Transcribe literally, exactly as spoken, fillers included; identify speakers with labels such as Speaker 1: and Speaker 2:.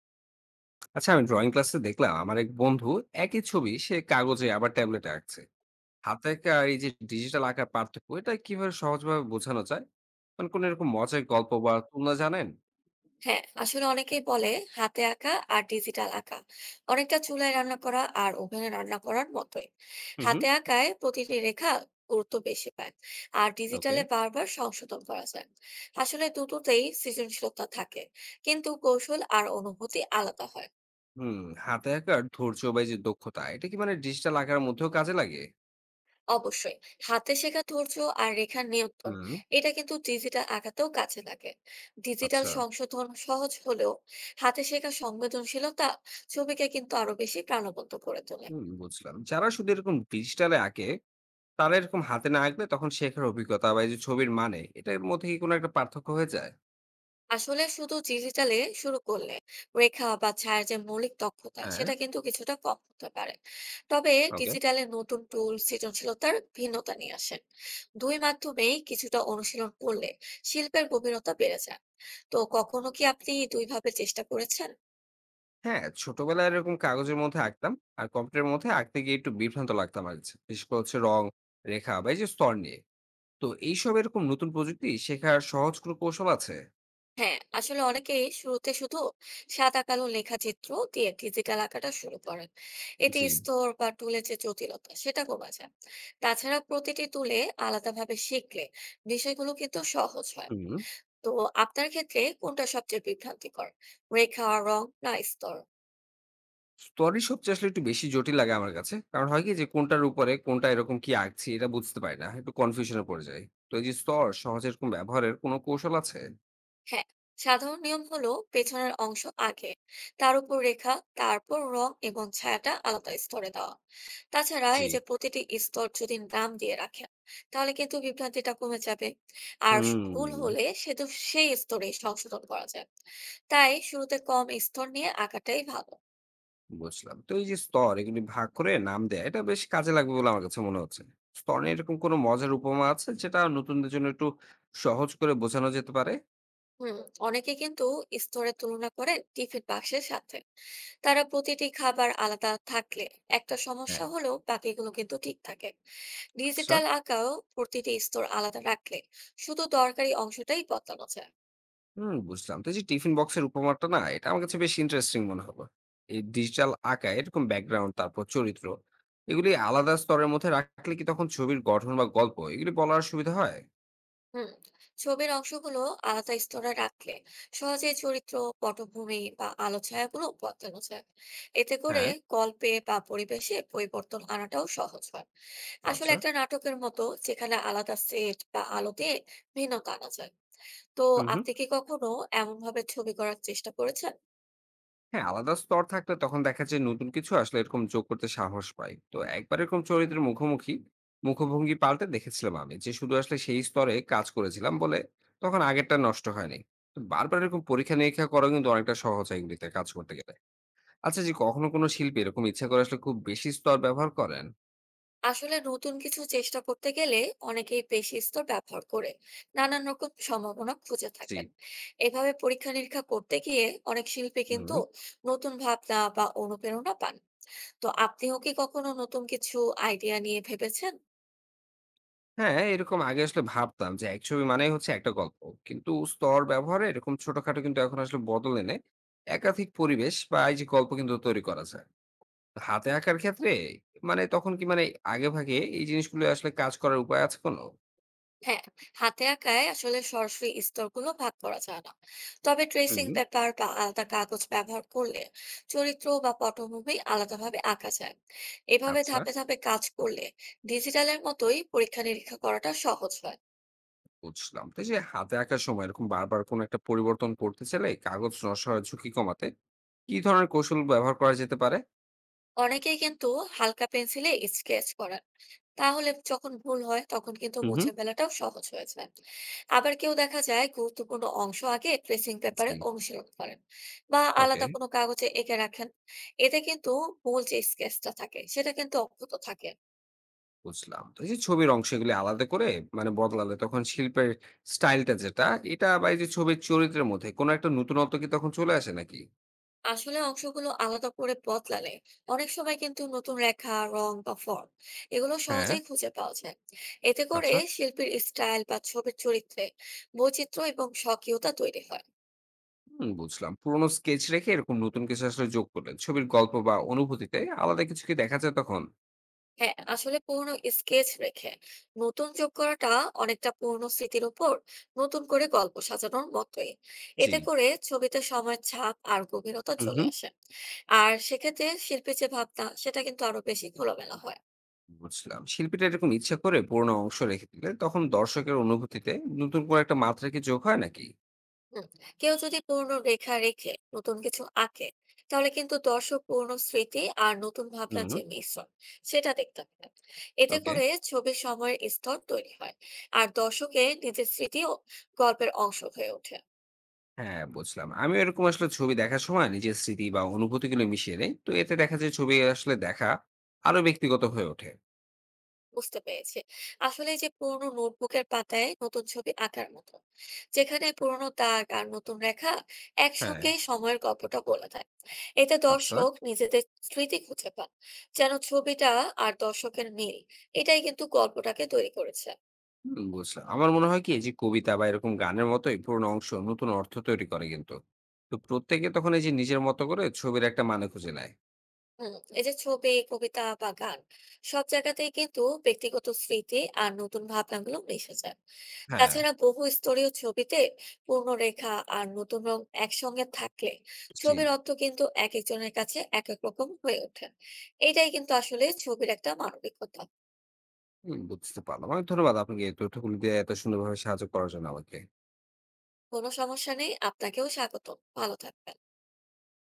Speaker 1: আচ্ছা, আমি ড্রয়িং ক্লাসে দেখলাম আমার এক বন্ধু একই ছবি সে কাগজে আবার ট্যাবলেটে আঁকছে। হাতে আঁকা আর এই যে ডিজিটাল আঁকার পার্থক্য এটা কিভাবে সহজভাবে বোঝানো যায়, মানে কোন এরকম মজার গল্প বা তুলনা জানেন?
Speaker 2: হ্যাঁ, আসলে অনেকেই বলে হাতে আঁকা আর ডিজিটাল আঁকা অনেকটা চুলায় রান্না করা আর ওভেনে রান্না করার মতোই।
Speaker 1: হুম, হুম।
Speaker 2: হাতে আঁকায় প্রতিটি রেখা গুরুত্ব বেশি পায়, আর
Speaker 1: ওকে।
Speaker 2: ডিজিটালে বারবার সংশোধন করা যায়। আসলে দুটোতেই সৃজনশীলতা থাকে, কিন্তু কৌশল আর অনুভূতি আলাদা হয়।
Speaker 1: হুম। হাতে আঁকার ধৈর্য বা এই যে দক্ষতা এটা কি মানে ডিজিটাল আঁকার মধ্যেও কাজে লাগে?
Speaker 2: অবশ্যই হাতে শেখা ধৈর্য আর রেখার নিয়ন্ত্রণ,
Speaker 1: হুম।
Speaker 2: এটা কিন্তু ডিজিটাল আঁকাতেও কাজে লাগে। ডিজিটাল
Speaker 1: আচ্ছা।
Speaker 2: সংশোধন সহজ হলেও হাতে শেখা সংবেদনশীলতা ছবিকে কিন্তু আরো বেশি প্রাণবন্ত করে তোলে।
Speaker 1: হুম, বুঝলাম, যারা শুধু এরকম ডিজিটালে আঁকে, তারা এরকম হাতে না আঁকলে তখন শেখার অভিজ্ঞতা বা এই যে ছবির মানে এটার মধ্যে কি কোনো একটা পার্থক্য হয়ে যায়?
Speaker 2: আসলে শুধু ডিজিটালে শুরু করলে রেখা বা ছায়ার যে মৌলিক দক্ষতা
Speaker 1: হ্যাঁ।
Speaker 2: সেটা কিন্তু কিছুটা কম হতে পারে। তবে
Speaker 1: ওকে।
Speaker 2: ডিজিটালে নতুন টুল সৃজনশীলতার ভিন্নতা নিয়ে আসেন। দুই মাধ্যমেই কিছুটা অনুশীলন করলে শিল্পের গভীরতা বেড়ে যায়। তো কখনো কি আপনি দুইভাবে চেষ্টা করেছেন?
Speaker 1: হ্যাঁ, ছোটবেলায় এরকম কাগজের মধ্যে আঁকতাম। আর কম্পিউটারের মধ্যে আঁকতে গিয়ে একটু বিভ্রান্ত লাগতাম আগে। বিশেষ করে হচ্ছে রং, রেখা বা এই যে স্তর নিয়ে। তো এইসব এরকম নতুন প্রযুক্তি শেখার সহজ কোনো কৌশল আছে?
Speaker 2: হ্যাঁ, আসলে অনেকেই শুরুতে শুধু সাদা কালো লেখা চিত্র দিয়ে ডিজিটাল আঁকাটা শুরু করেন। এতে
Speaker 1: জি।
Speaker 2: স্তর বা টুলের যে জটিলতা সেটা কমে যায়। তাছাড়া প্রতিটি টুলে আলাদাভাবে শিখলে বিষয়গুলো কিন্তু সহজ হয়।
Speaker 1: হুম।
Speaker 2: তো আপনার ক্ষেত্রে কোনটা সবচেয়ে বিভ্রান্তিকর, রেখা, রং না স্তর?
Speaker 1: স্তরই সবচেয়ে আসলে একটু বেশি জটিল লাগে আমার কাছে। কারণ হয় কি যে কোনটার উপরে কোনটা এরকম কি আঁকছি এটা বুঝতে পারি না। একটু কনফিউশন এ পড়ে যাই। তো এই যে স্তর সহজে এরকম ব্যবহারের কোনো কৌশল আছে?
Speaker 2: হ্যাঁ, সাধারণ নিয়ম হলো পেছনের অংশ আগে, তার উপর রেখা, তারপর রং এবং ছায়াটা আলাদা স্তরে দেওয়া। তাছাড়া
Speaker 1: জি।
Speaker 2: এই যে প্রতিটি স্তর যদি নাম দিয়ে রাখেন, তাহলে কিন্তু বিভ্রান্তিটা কমে যাবে। আর ভুল
Speaker 1: হুম।
Speaker 2: হলে সে তো সেই স্তরে সংশোধন করা যায়। তাই শুরুতে কম স্তর নিয়ে আঁকাটাই ভালো।
Speaker 1: বুঝলাম। তো এই যে স্তর এগুলি ভাগ করে নাম দেয়া এটা বেশ কাজে লাগবে বলে আমার কাছে মনে হচ্ছে। স্তর নিয়ে এরকম কোনো মজার উপমা আছে যেটা নতুনদের জন্য একটু সহজ করে বোঝানো যেতে পারে?
Speaker 2: হুম, অনেকে কিন্তু স্তরের তুলনা করেন টিফিন বাক্সের সাথে। তারা প্রতিটি খাবার আলাদা থাকলে একটা
Speaker 1: হ্যাঁ।
Speaker 2: সমস্যা হলেও বাকিগুলো কিন্তু ঠিক থাকে।
Speaker 1: আচ্ছা।
Speaker 2: ডিজিটাল আঁকাও প্রতিটি স্তর আলাদা রাখলে শুধু দরকারি অংশটাই বদলানো যায়।
Speaker 1: হুম, বুঝলাম। তো এই যে টিফিন বক্সের উপমাটা না এটা আমার কাছে বেশ ইন্টারেস্টিং মনে হলো। এই ডিজিটাল আঁকা এরকম ব্যাকগ্রাউন্ড তারপর চরিত্র এগুলি আলাদা স্তরের মধ্যে রাখলে কি তখন ছবির গঠন বা গল্প এগুলি বলার সুবিধা হয়?
Speaker 2: হুম, ছবির অংশগুলো আলাদা স্তরে রাখলে সহজে চরিত্র, পটভূমি বা আলো ছায়াগুলো বদলানো যায়। এতে করে
Speaker 1: হ্যাঁ।
Speaker 2: গল্পে বা পরিবেশে পরিবর্তন আনাটাও সহজ হয়। আসলে
Speaker 1: আচ্ছা।
Speaker 2: একটা নাটকের মতো, যেখানে আলাদা সেট বা আলোতে ভিন্নতা আনা যায়। তো
Speaker 1: হুম, হুম।
Speaker 2: আপনি কি কখনো এমন ভাবে ছবি করার চেষ্টা করেছেন?
Speaker 1: হ্যাঁ, আলাদা স্তর থাকলে তখন দেখা যায় নতুন কিছু আসলে এরকম যোগ করতে সাহস পাই। তো একবার এরকম চরিত্রের মুখোমুখি মুখভঙ্গি পাল্টে দেখেছিলাম, আমি যে শুধু আসলে সেই স্তরে কাজ করেছিলাম বলে তখন আগেরটা নষ্ট হয়নি। তো বারবার এরকম পরীক্ষা নিরীক্ষা করা কিন্তু অনেকটা সহজ হয় এগুলিতে কাজ করতে গেলে। আচ্ছা, যে কখনো কোনো শিল্পী এরকম ইচ্ছা করে আসলে খুব বেশি স্তর ব্যবহার করেন?
Speaker 2: আসলে নতুন কিছু চেষ্টা করতে গেলে অনেকেই পেশি স্তর ব্যবহার করে নানান রকম সম্ভাবনা খুঁজে
Speaker 1: জি।
Speaker 2: থাকেন। এভাবে পরীক্ষা নিরীক্ষা করতে গিয়ে অনেক শিল্পী কিন্তু
Speaker 1: হুম।
Speaker 2: নতুন ভাবনা বা অনুপ্রেরণা পান। তো আপনিও কি কখনো নতুন কিছু আইডিয়া নিয়ে ভেবেছেন?
Speaker 1: হ্যাঁ, এরকম আগে আসলে ভাবতাম যে এক ছবি মানেই হচ্ছে একটা গল্প, কিন্তু স্তর ব্যবহারে এরকম ছোটখাটো কিন্তু এখন আসলে বদল এনে একাধিক পরিবেশ বা এই যে গল্প কিন্তু তৈরি করা যায়। হাতে আঁকার ক্ষেত্রে মানে তখন কি মানে আগেভাগে এই জিনিসগুলো আসলে কাজ করার উপায় আছে কোনো?
Speaker 2: হ্যাঁ, হাতে আঁকায় আসলে সরাসরি স্তরগুলো ভাগ করা যায় না। তবে ট্রেসিং
Speaker 1: হুম।
Speaker 2: পেপার বা আলাদা কাগজ ব্যবহার করলে চরিত্র বা পটভূমি আলাদাভাবে আঁকা যায়। এভাবে
Speaker 1: আচ্ছা,
Speaker 2: ধাপে ধাপে কাজ করলে ডিজিটালের মতোই পরীক্ষা নিরীক্ষা করাটা সহজ হয়।
Speaker 1: বুঝলাম। তো এই যে হাতে আঁকার সময় এরকম বারবার কোনো একটা পরিবর্তন করতে চাইলে কাগজ নষ্ট হওয়ার ঝুঁকি কমাতে কি ধরনের কৌশল ব্যবহার করা যেতে পারে?
Speaker 2: অনেকেই কিন্তু হালকা পেন্সিলে স্কেচ করেন। তাহলে যখন ভুল হয় তখন কিন্তু
Speaker 1: হুম, হুম।
Speaker 2: মুছে ফেলাটাও সহজ হয়ে যায়। আবার কেউ দেখা যায় গুরুত্বপূর্ণ অংশ আগে ট্রেসিং পেপারে
Speaker 1: জি।
Speaker 2: অনুশীলন করেন বা
Speaker 1: ওকে।
Speaker 2: আলাদা কোনো কাগজে এঁকে রাখেন। এতে কিন্তু মূল যে স্কেচটা থাকে সেটা কিন্তু অক্ষত থাকে।
Speaker 1: বুঝলাম। তো এই যে ছবির অংশ এগুলি আলাদা করে মানে বদলালে তখন শিল্পের স্টাইলটা যেটা এটা বা এই যে ছবির চরিত্রের মধ্যে কোনো একটা নতুনত্ব কি তখন চলে আসে নাকি?
Speaker 2: আসলে অংশগুলো আলাদা করে বদলালে অনেক সময় কিন্তু নতুন রেখা, রং বা ফর্ম, এগুলো
Speaker 1: হ্যাঁ।
Speaker 2: সহজেই খুঁজে পাওয়া যায়। এতে করে
Speaker 1: আচ্ছা।
Speaker 2: শিল্পীর স্টাইল বা ছবির চরিত্রে বৈচিত্র্য এবং স্বকীয়তা তৈরি হয়।
Speaker 1: হুম, বুঝলাম। পুরোনো স্কেচ রেখে এরকম নতুন কিছু আসলে যোগ করলেন। ছবির গল্প বা অনুভূতিতে আলাদা কিছু কি দেখা যায় তখন?
Speaker 2: হ্যাঁ, আসলে পুরনো স্কেচ রেখে নতুন যোগ করাটা অনেকটা পুরনো স্মৃতির উপর নতুন করে গল্প সাজানোর মতোই।
Speaker 1: জি।
Speaker 2: এতে করে ছবিতে সময়ের ছাপ আর গভীরতা
Speaker 1: হুম,
Speaker 2: চলে
Speaker 1: হুম।
Speaker 2: আসে। আর সেক্ষেত্রে শিল্পীর যে ভাবনা সেটা কিন্তু আরো বেশি খোলামেলা হয়।
Speaker 1: বুঝলাম। শিল্পীরা এরকম ইচ্ছা করে পুরোনো অংশ রেখে দিলে তখন দর্শকের অনুভূতিতে নতুন করে একটা মাত্রা কি যোগ হয় নাকি?
Speaker 2: হুম, কেউ যদি পুরনো রেখা রেখে নতুন কিছু আঁকে, তাহলে কিন্তু দর্শক পুরনো স্মৃতি আর নতুন ভাবনার
Speaker 1: হুম।
Speaker 2: যে মিশ্রণ সেটা দেখতে পাবে। এতে
Speaker 1: ওকে।
Speaker 2: করে ছবির সময়ের স্তর তৈরি হয়। আর দর্শকে নিজের স্মৃতিও গল্পের অংশ হয়ে ওঠে।
Speaker 1: হ্যাঁ, বুঝলাম। আমিও এরকম আসলে ছবি দেখার সময় নিজের স্মৃতি বা অনুভূতিগুলো মিশিয়ে নেই। তো এতে দেখা যায় ছবি আসলে দেখা আরো ব্যক্তিগত হয়ে ওঠে।
Speaker 2: বুঝতে পেরেছি। আসলে যে পুরোনো নোটবুকের পাতায় নতুন ছবি আঁকার মতো। যেখানে পুরোনো দাগ আর নতুন রেখা
Speaker 1: হ্যাঁ।
Speaker 2: একসঙ্গে সময়ের গল্পটা বলে দেয়। এতে
Speaker 1: আচ্ছা।
Speaker 2: দর্শক নিজেদের স্মৃতি খুঁজে পান। যেন ছবিটা আর দর্শকের মিল। এটাই কিন্তু গল্পটাকে তৈরি করেছে।
Speaker 1: হুম, বুঝলাম। আমার মনে হয় কি এই যে কবিতা বা এরকম গানের মতোই পুরোনো অংশ নতুন অর্থ তৈরি করে কিন্তু। তো প্রত্যেকে তখন এই যে নিজের মতো করে ছবির একটা মানে খুঁজে নেয়।
Speaker 2: হুম, এই যে ছবি, কবিতা বা গান, সব জায়গাতেই কিন্তু ব্যক্তিগত স্মৃতি আর নতুন ভাবনাগুলো মিশে যায়।
Speaker 1: হ্যাঁ।
Speaker 2: তাছাড়া বহু স্তরীয় ছবিতে পূর্ণরেখা আর নতুন রং একসঙ্গে থাকলে
Speaker 1: জি।
Speaker 2: ছবির অর্থ কিন্তু এক একজনের কাছে এক এক রকম হয়ে ওঠে। এটাই কিন্তু আসলে ছবির একটা মানবিকতা।
Speaker 1: হুম, বুঝতে পারলাম। অনেক ধন্যবাদ আপনাকে এই তথ্যগুলো দিয়ে এত সুন্দরভাবে সাহায্য করার জন্য আমাকে।
Speaker 2: কোনো সমস্যা নেই, আপনাকেও স্বাগত। ভালো থাকবেন।